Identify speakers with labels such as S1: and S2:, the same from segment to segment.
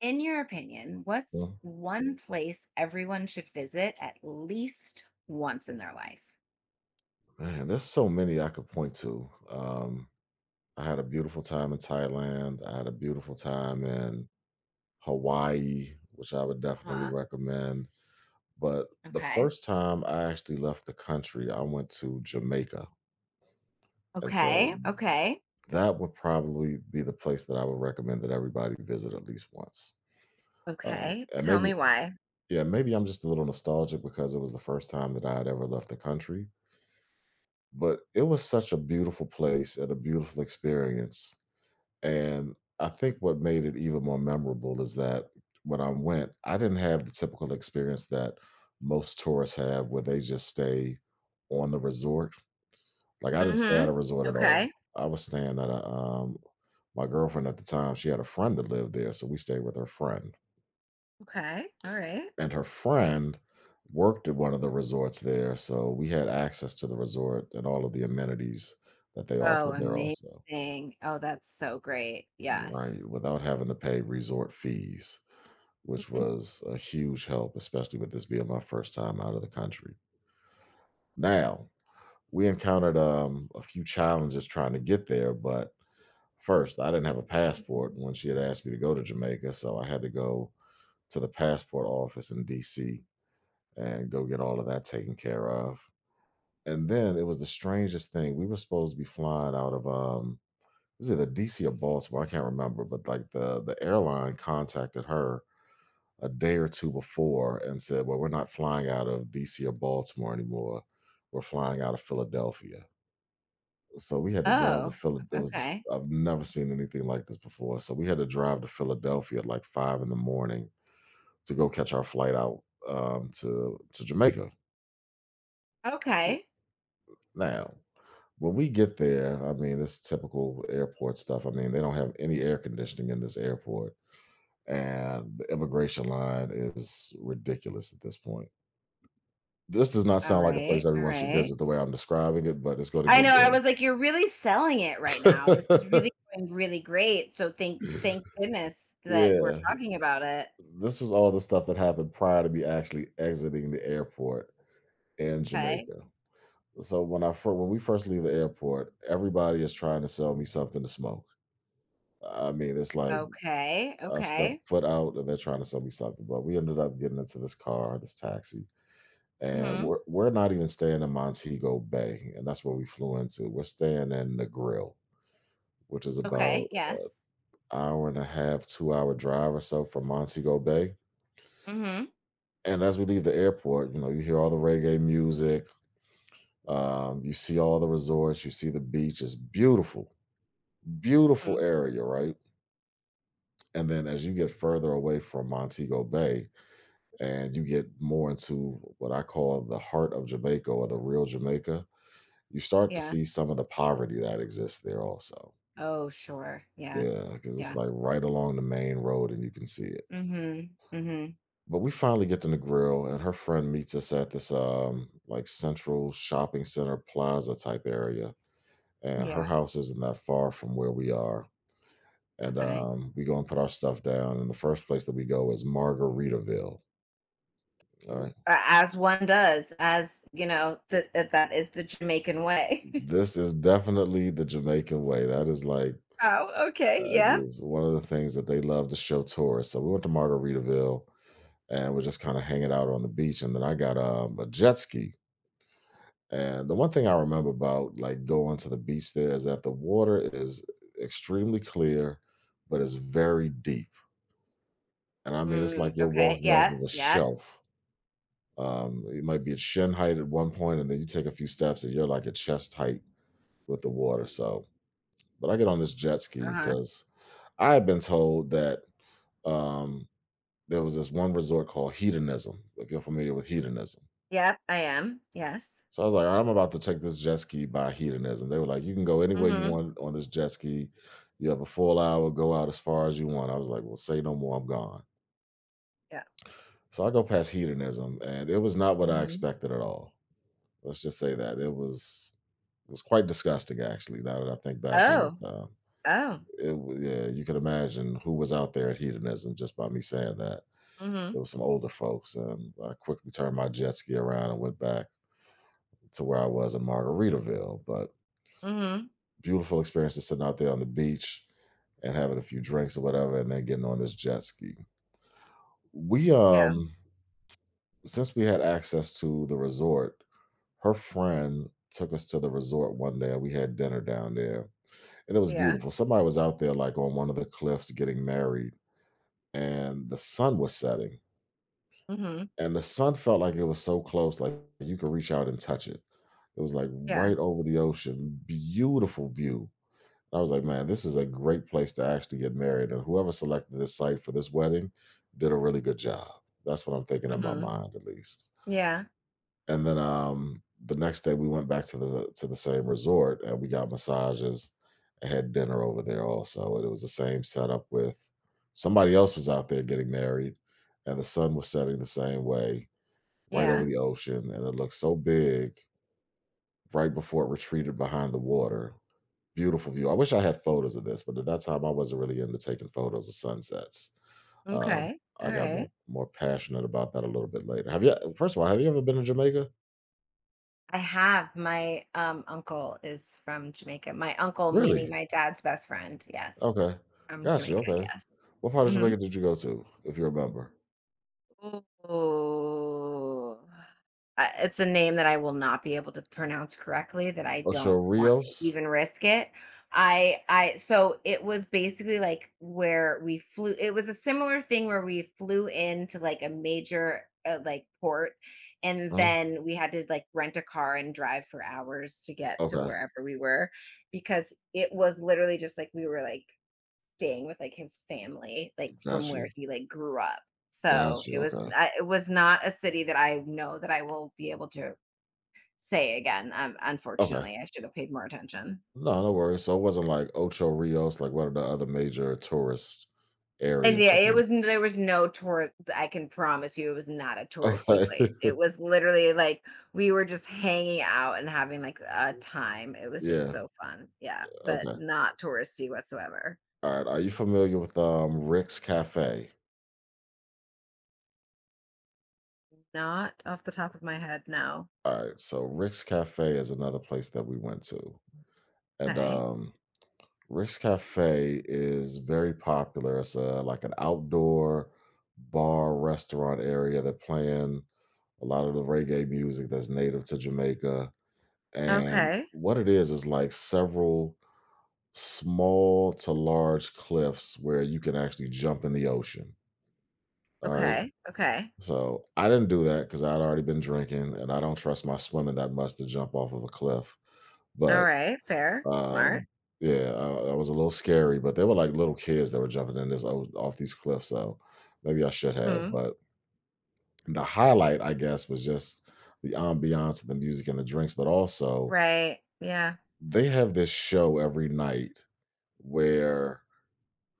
S1: In your opinion, what's
S2: Well,
S1: one place everyone should visit at least once in their life?
S2: man, there's so many I could point to. I had a beautiful time in Thailand. I had a beautiful time in Hawaii, which I would definitely
S1: Uh-huh.
S2: recommend. But the
S1: Okay.
S2: first time I actually left the country, I went to Jamaica. And so
S1: Okay. Okay.
S2: that would probably be the place that I would recommend that everybody visit at least once. Uh,
S1: Okay.
S2: and
S1: Tell me
S2: maybe,
S1: why.
S2: yeah, maybe I'm just a little nostalgic because it was the first time that I had ever left the country. But it was such a beautiful place and a beautiful experience, and I think what made it even more memorable is that when I went, I didn't have the typical experience that most tourists have where they just stay on the resort. Like, I didn't stay at
S1: Mm-hmm.
S2: a resort at all.
S1: Okay.
S2: I was staying at a. My girlfriend at the time, she had a friend that lived there, so we stayed with her friend
S1: Okay. All right.
S2: and her friend worked at one of the resorts there, so we had access to the resort and all of the amenities that they
S1: Oh,
S2: offered there also.
S1: amazing. Oh, that's so great. Yes.
S2: Right, without having to pay resort fees, which
S1: Mhm.
S2: was a huge help, especially with this being my first time out of the country. Now, we encountered a few challenges trying to get there, but first, I didn't have a passport when she had asked me to go to Jamaica, so I had to go to the passport office in DC and go get all of that taken care of. And then it was the strangest thing. We were supposed to be flying out of was it the DC or Baltimore? I can't remember, but like the airline contacted her a day or two before and said, "Well, we're not flying out of DC or Baltimore anymore. We're flying out of Philadelphia." So we had to drive to
S1: Oh,
S2: Philadelphia. It was just,
S1: okay.
S2: I've never seen anything like this before. So we had to drive to Philadelphia at like five in the morning to go catch our flight out to Jamaica.
S1: Okay.
S2: Now, when we get there, I mean, it's typical airport stuff. I mean, they don't have any air conditioning in this airport, and the immigration line is ridiculous at this point. This does not
S1: All
S2: sound like a
S1: right.
S2: place
S1: All
S2: everyone should
S1: right.
S2: visit the way I'm describing it, but it's going to
S1: I know,
S2: get
S1: I
S2: there.
S1: was like, "You're really selling it right now. This is really going really great, so thank goodness that we're
S2: Yeah,
S1: talking about it."
S2: this was all the stuff that happened prior to me actually exiting the airport in
S1: Okay.
S2: Jamaica. So when we first leave the airport, everybody is trying to sell me something to smoke. I mean, it's like
S1: Okay,
S2: I stepped
S1: okay.
S2: foot out and they're trying to sell me something. But we ended up getting into this car, this taxi, and
S1: Mhm.
S2: we're not even staying in Montego Bay. And that's where we flew into. We're staying in the grill, which is
S1: Okay,
S2: about an
S1: yes.
S2: hour and a half, 2 hour drive or so from Montego Bay.
S1: Mhm,
S2: And as we leave the airport, you know, you hear all the reggae music. You see all the resorts, you see the beach. It's beautiful, beautiful
S1: mm,
S2: area, right? And then as you get further away from Montego Bay, and you get more into what I call the heart of Jamaica or the real Jamaica, you start to
S1: yeah.
S2: see some of the poverty that exists there also.
S1: Oh, sure, yeah,
S2: Yeah, because it's
S1: yeah.
S2: like right along the main road and you can see it.
S1: Mhm, mhm,
S2: But we finally get to the grill and her friend meets us at this like central shopping center plaza type area. And her
S1: yeah,
S2: house isn't that far from where we are. And
S1: okay.
S2: um, we go and put our stuff down. And the first place that we go is Margaritaville. All
S1: W
S2: right,
S1: a as one does, as, you know, that is the Jamaican way.
S2: this is definitely the Jamaican way. That is like,
S1: Oh, okay,
S2: uh, it
S1: yeah.
S2: is one of the things that they love to show tourists. So we went to Margaritaville and we're just kind of hanging out on the beach. And then I got a jet ski. And the one thing I remember about like going to the beach there is that the water is extremely clear, but it's very deep. And I mean, it's
S1: Mm,
S2: like you're
S1: okay,
S2: walking off
S1: yeah,
S2: of a
S1: yeah,
S2: shelf. It might be at shin height at one point, and then you take a few steps and you're like at chest height with the water. So, but I get on this jet ski
S1: uh-huh.
S2: because I had been told that um, there was this one resort called Hedonism, if you're familiar with hedonism.
S1: Yep, I am, yes.
S2: So I was like, "All right, I'm about to take this jet ski by hedonism." They were like, you can go anywhere you
S1: Mhm.
S2: want on this jet ski. You have a full hour, go out as far as you want. I was like, well, say no more, I'm gone.
S1: Yeah.
S2: So I go past hedonism, and it was not what I
S1: Mhm.
S2: expected at all. Let's just say that it was quite disgusting, actually. Now that I think back on
S1: Oh.
S2: the time,
S1: Oh.
S2: yeah, you can imagine who was out there at hedonism just by me saying that.
S1: Mhm.
S2: There was some older folks, and I quickly turned my jet ski around and went back to where I was in Margaritaville. But
S1: Mhm.
S2: beautiful experience just sitting out there on the beach and having a few drinks or whatever, and then getting on this jet ski. We
S1: Yeah.
S2: Since we had access to the resort, her friend took us to the resort one day. And we had dinner down there, and it was
S1: Yeah.
S2: beautiful. Somebody was out there like on one of the cliffs getting married, and the sun was setting,
S1: Mhm.
S2: and the sun felt like it was so close, like you could reach out and touch it. It was like
S1: Yeah.
S2: right over the ocean, beautiful view. I was like, man, this is a great place to actually get married. And whoever selected this site for this wedding did a really good job. That's what I'm thinking in my
S1: Mhm.
S2: mind, at least.
S1: Yeah.
S2: And then the next day, we went back to the same resort and we got massages and had dinner over there also. And it was the same setup with somebody else was out there getting married, and the sun was setting the same way right over
S1: Yeah.
S2: the ocean, and it looked so big right before it retreated behind the water. Beautiful view. I wish I had photos of this, but at that time I wasn't really into taking photos of sunsets. Um,
S1: Okay. All
S2: I got
S1: right.
S2: more more passionate about that a little bit later. Have you first of all, Have you ever been to Jamaica?
S1: I have. My, uncle is from Jamaica. My uncle, meaning
S2: Really?
S1: my dad's best friend. Yes.
S2: Okay.
S1: From
S2: Got you.
S1: Jamaica.
S2: Okay.
S1: Yes.
S2: What part of
S1: Mhm.
S2: Jamaica did you go to, if you remember?
S1: Oh, I it's a name that I will not be able to pronounce correctly that I don't
S2: Ocho
S1: want to
S2: Rios?
S1: even risk it. I so it was basically like where we flew, it was a similar thing where we flew into like a major like port, and
S2: Huh?
S1: then we had to like rent a car and drive for hours to get to
S2: Okay.
S1: wherever we were, because it was literally just like we were like staying with, like, his family, like, from
S2: Got
S1: where
S2: you.
S1: he, like, grew up.
S2: Got
S1: So,
S2: you. Okay.
S1: it was not a city that I know that I will be able to say again,
S2: Okay.
S1: unfortunately, I should have paid more attention.
S2: No, no worries. So it wasn't like Ocho Rios, like one of the other major tourist
S1: And,
S2: areas.
S1: yeah,
S2: I
S1: it
S2: think.
S1: was there was no tourist, I can promise you it was not a touristy
S2: Okay.
S1: place. It was literally, like, we were just hanging out and having, like, a time. It was just
S2: Yeah.
S1: so fun. Yeah, but
S2: Okay.
S1: not touristy whatsoever.
S2: All right. Are you familiar with Rick's Cafe?
S1: Not off the top of my head, no.
S2: All right. So Rick's Cafe is another place that we went to, and
S1: Okay,
S2: Rick's Cafe is very popular. It's a, like an outdoor bar restaurant area. They're playing a lot of the reggae music that's native to Jamaica, and
S1: okay.
S2: what it is like several small to large cliffs where you can actually jump in the ocean. All right.
S1: Okay. Okay.
S2: So I didn't do that because I'd already been drinking, and I don't trust my swimming that much to jump off of a cliff. But
S1: Alright, fair, smart.
S2: um, yeah, I was a little scary. But they were like little kids that were jumping in off these cliffs. So maybe I should have.
S1: Mhm,
S2: But the highlight, I guess, was just the ambiance, the music, and the drinks. But also,
S1: right, yeah,
S2: they have this show every night where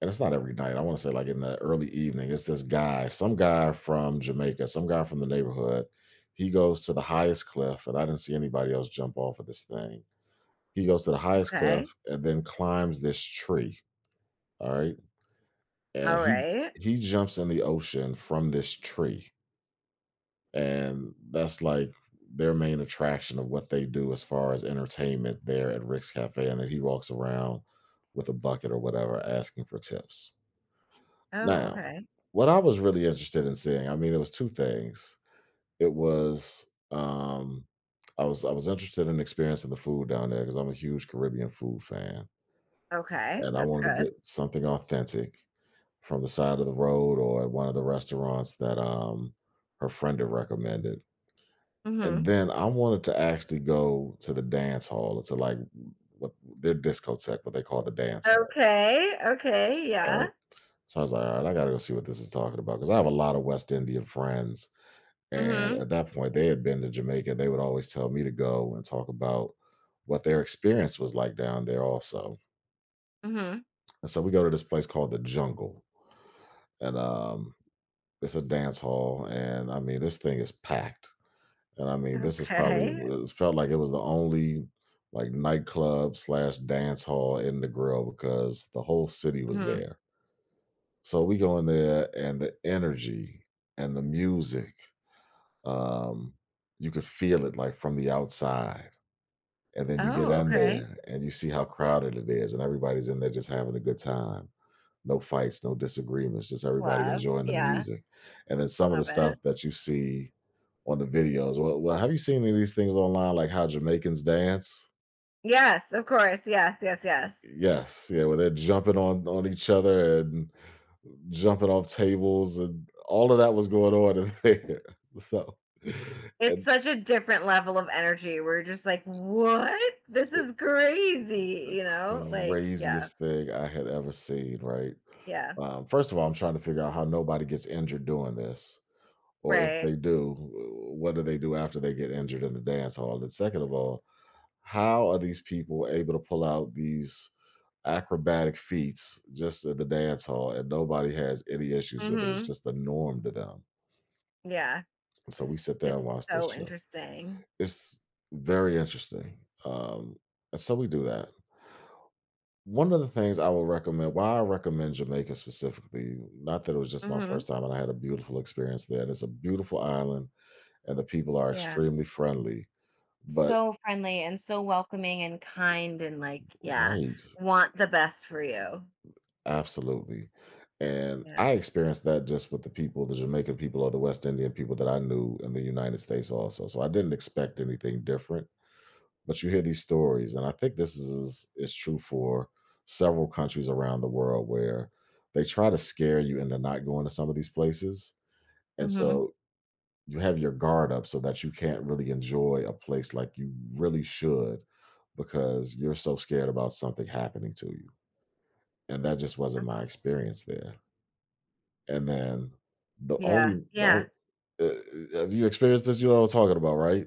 S2: and it's not every night. I want to say like in the early evening. It's this guy, some guy from Jamaica, some guy from the neighborhood. He goes to the highest cliff, and I didn't see anybody else jump off of this thing. He goes to the highest
S1: okay,
S2: cliff and then climbs this tree. All right, and
S1: alright.
S2: he jumps in the ocean from this tree, and that's like their main attraction of what they do as far as entertainment there at Rick's Cafe. And then he walks around with a bucket or whatever, asking for tips.
S1: Oh,
S2: Now,
S1: okay,
S2: what I was really interested in seeing, I mean, it was 2 things. It was, I was interested in experiencing the food down there because 'cause I'm a huge Caribbean food fan,
S1: okay,
S2: and I
S1: that's
S2: wanted to
S1: good.
S2: get something authentic from the side of the road or at one of the restaurants that, her friend had recommended. And
S1: Mhm.
S2: then I wanted to actually go to the dance hall, to, like, what their discotheque, what they call the dance hall,
S1: Okay, okay, yeah.
S2: alright? So I was like, "Alright, I gotta go see what this is talking about because I have a lot of West Indian friends." And
S1: Mhm,
S2: at that point, they had been to Jamaica. They would always tell me to go, and talk about what their experience was like down there, also.
S1: mhm,
S2: And so we go to this place called the Jungle, and it's a dance hall. And I mean, this thing is packed. And I mean, this is probably—
S1: okay,
S2: it felt like it was the only like nightclub slash dance hall in the grill because the whole city was
S1: mhm.
S2: there. So we go in there, and the energy and the music, um, you could feel it like from the outside. And then you get
S1: Oh,
S2: in
S1: okay,
S2: there and you see how crowded it is, and everybody's in there just having a good time. No fights, no disagreements, just everybody
S1: love,
S2: enjoying the
S1: yeah,
S2: music. And then some of
S1: love
S2: the
S1: it.
S2: stuff that you see on the videos. Well, have you seen any of these things online, like how Jamaicans dance?
S1: Yes, of course, yes, yes, yes.
S2: Yes, yeah, where they're jumping on each other and jumping off tables, and all of that was going on in there. So,
S1: It's
S2: and
S1: such a different level of energy, we're just like, "What? This is crazy,"
S2: the
S1: you know, like, yeah,
S2: craziest thing I had ever seen, right?
S1: yeah,
S2: First of all, I'm trying to figure out how nobody gets injured doing this, or if
S1: right,
S2: they do, what do they do after they get injured in the dance hall? And second of all, how are these people able to pull out these acrobatic feats just at the dance hall and nobody has any issues with it? It's
S1: mhm,
S2: just the norm to them.
S1: yeah.
S2: So we sit there
S1: It's
S2: and watch this
S1: so
S2: show.
S1: interesting.
S2: It's very interesting. Um, and so we do that. One of the things I will recommend— why I recommend Jamaica specifically, not that it was just my
S1: Mhm.
S2: first time and I had a beautiful experience there, and it's a beautiful island and the people are
S1: Yeah.
S2: extremely friendly, but—
S1: So friendly and so welcoming and kind and like, yeah,
S2: right,
S1: want the best for you.
S2: absolutely, and
S1: Yeah.
S2: I experienced that just with the people, the Jamaican people or the West Indian people that I knew in the United States also, so I didn't expect anything different, but you hear these stories, and I think this is true for several countries around the world where they try to scare you into not going to some of these places. And
S1: Mhm.
S2: so you have your guard up so that you can't really enjoy a place like you really should because you're so scared about something happening to you. And that just wasn't
S1: Uh-huh.
S2: my experience there. And then the
S1: Yeah.
S2: only the
S1: Yeah.
S2: on- uh, have you experienced this? You know what I'm talking about, right?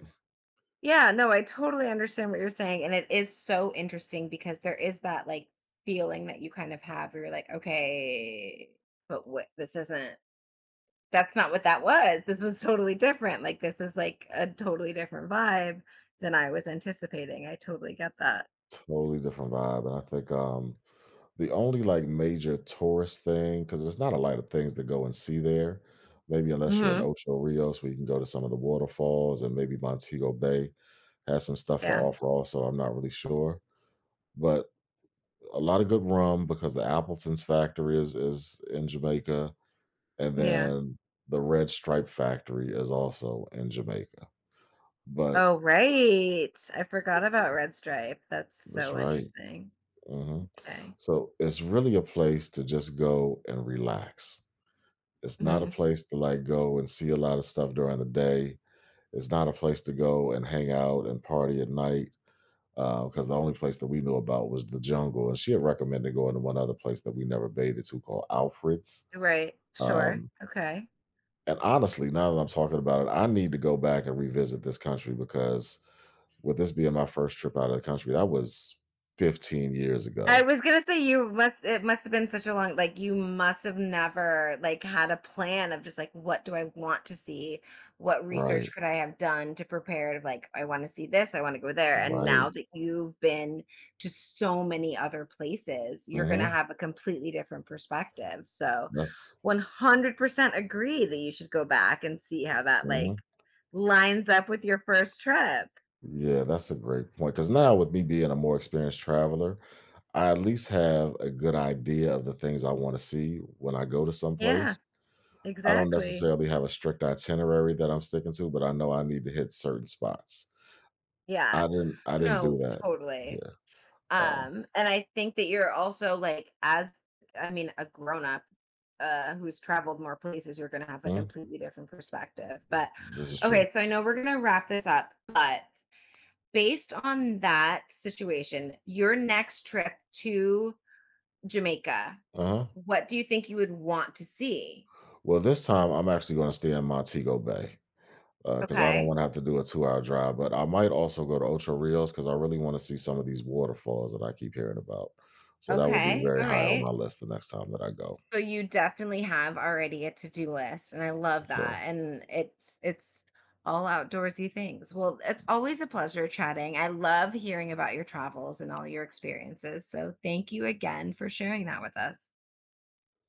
S1: Yeah. No, I totally understand what you're saying. And it is so interesting because there is that like feeling that you kind of have where you're like, okay, but what this isn't that's not what that was. This was totally different. Like this is like a totally different vibe than I was anticipating. I totally get that.
S2: Totally different vibe. And I think the only like major tourist thing, because there's not a lot of things to go and see there. Maybe unless you're in
S1: Mhm.
S2: Ocho Rios, where you can go to some of the waterfalls, and maybe Montego Bay has some stuff to
S1: Yeah,
S2: offer. Also, I'm not really sure, but a lot of good rum because the Appleton's factory is in Jamaica, and
S1: yeah.
S2: then the Red Stripe factory is also in Jamaica. But
S1: Oh, right. I forgot about Red Stripe. That's
S2: that's
S1: so
S2: right.
S1: interesting.
S2: hmm
S1: Okay.
S2: So it's really a place to just go and relax. It's not a
S1: Mhm.
S2: place to like go and see a lot of stuff during the day. It's not a place to go and hang out and party at night. Because the only place that we knew about was the Jungle, and she had recommended going to one other place that we never bathed to, called Alfred's.
S1: Right. Sure.
S2: Um,
S1: Okay.
S2: and honestly, now that I'm talking about it, I need to go back and revisit this country because with this being my first trip out of the country, that was 15 years
S1: I
S2: ago.
S1: was gonna say you must, it must have been such a long, like you must have never like had a plan of just like, what do I want to see? What
S2: Right,
S1: research could I have done to prepare to like, I want to see this, I want to go there. And
S2: right.
S1: now that you've been to so many other places, you're gonna
S2: Hmm.
S1: have a completely different perspective. So
S2: That's—
S1: 100% agree that you should go back and see how that like
S2: mhm.
S1: lines up with your first trip.
S2: Yeah, that's a great point. Because now, with me being a more experienced traveler, I at least have a good idea of the things I want to see when I go to
S1: Yeah,
S2: someplace. I don't
S1: exactly.
S2: necessarily have a strict itinerary that I'm sticking to, but I know I need to hit certain spots.
S1: Yeah.
S2: I didn't do
S1: No,
S2: that
S1: totally.
S2: here. Uh,
S1: And I think that you're also like, as I mean, a grown up who's traveled more places, you're gonna have a
S2: mhm.
S1: completely different perspective. But
S2: This is true.
S1: okay, so I know we're gonna wrap this up, but based on that situation, your next trip to Jamaica,
S2: Uh huh.
S1: what do you think you would want to see?
S2: Well, this time I'm actually going to stay in Montego Bay, because I don't
S1: Okay.
S2: want to have to do a 2 hour drive. But I might also go to Ocho Rios because I really want to see some of these waterfalls that I keep hearing about. So that will be
S1: Okay.
S2: very
S1: All
S2: high on
S1: right.
S2: my list the next time that I go.
S1: So you definitely have already a to-do list, and I
S2: For
S1: love
S2: sure.
S1: that. And it's all outdoorsy things. Well, it's always a pleasure chatting. I love hearing about your travels and all your experiences. So thank you again for sharing that with us.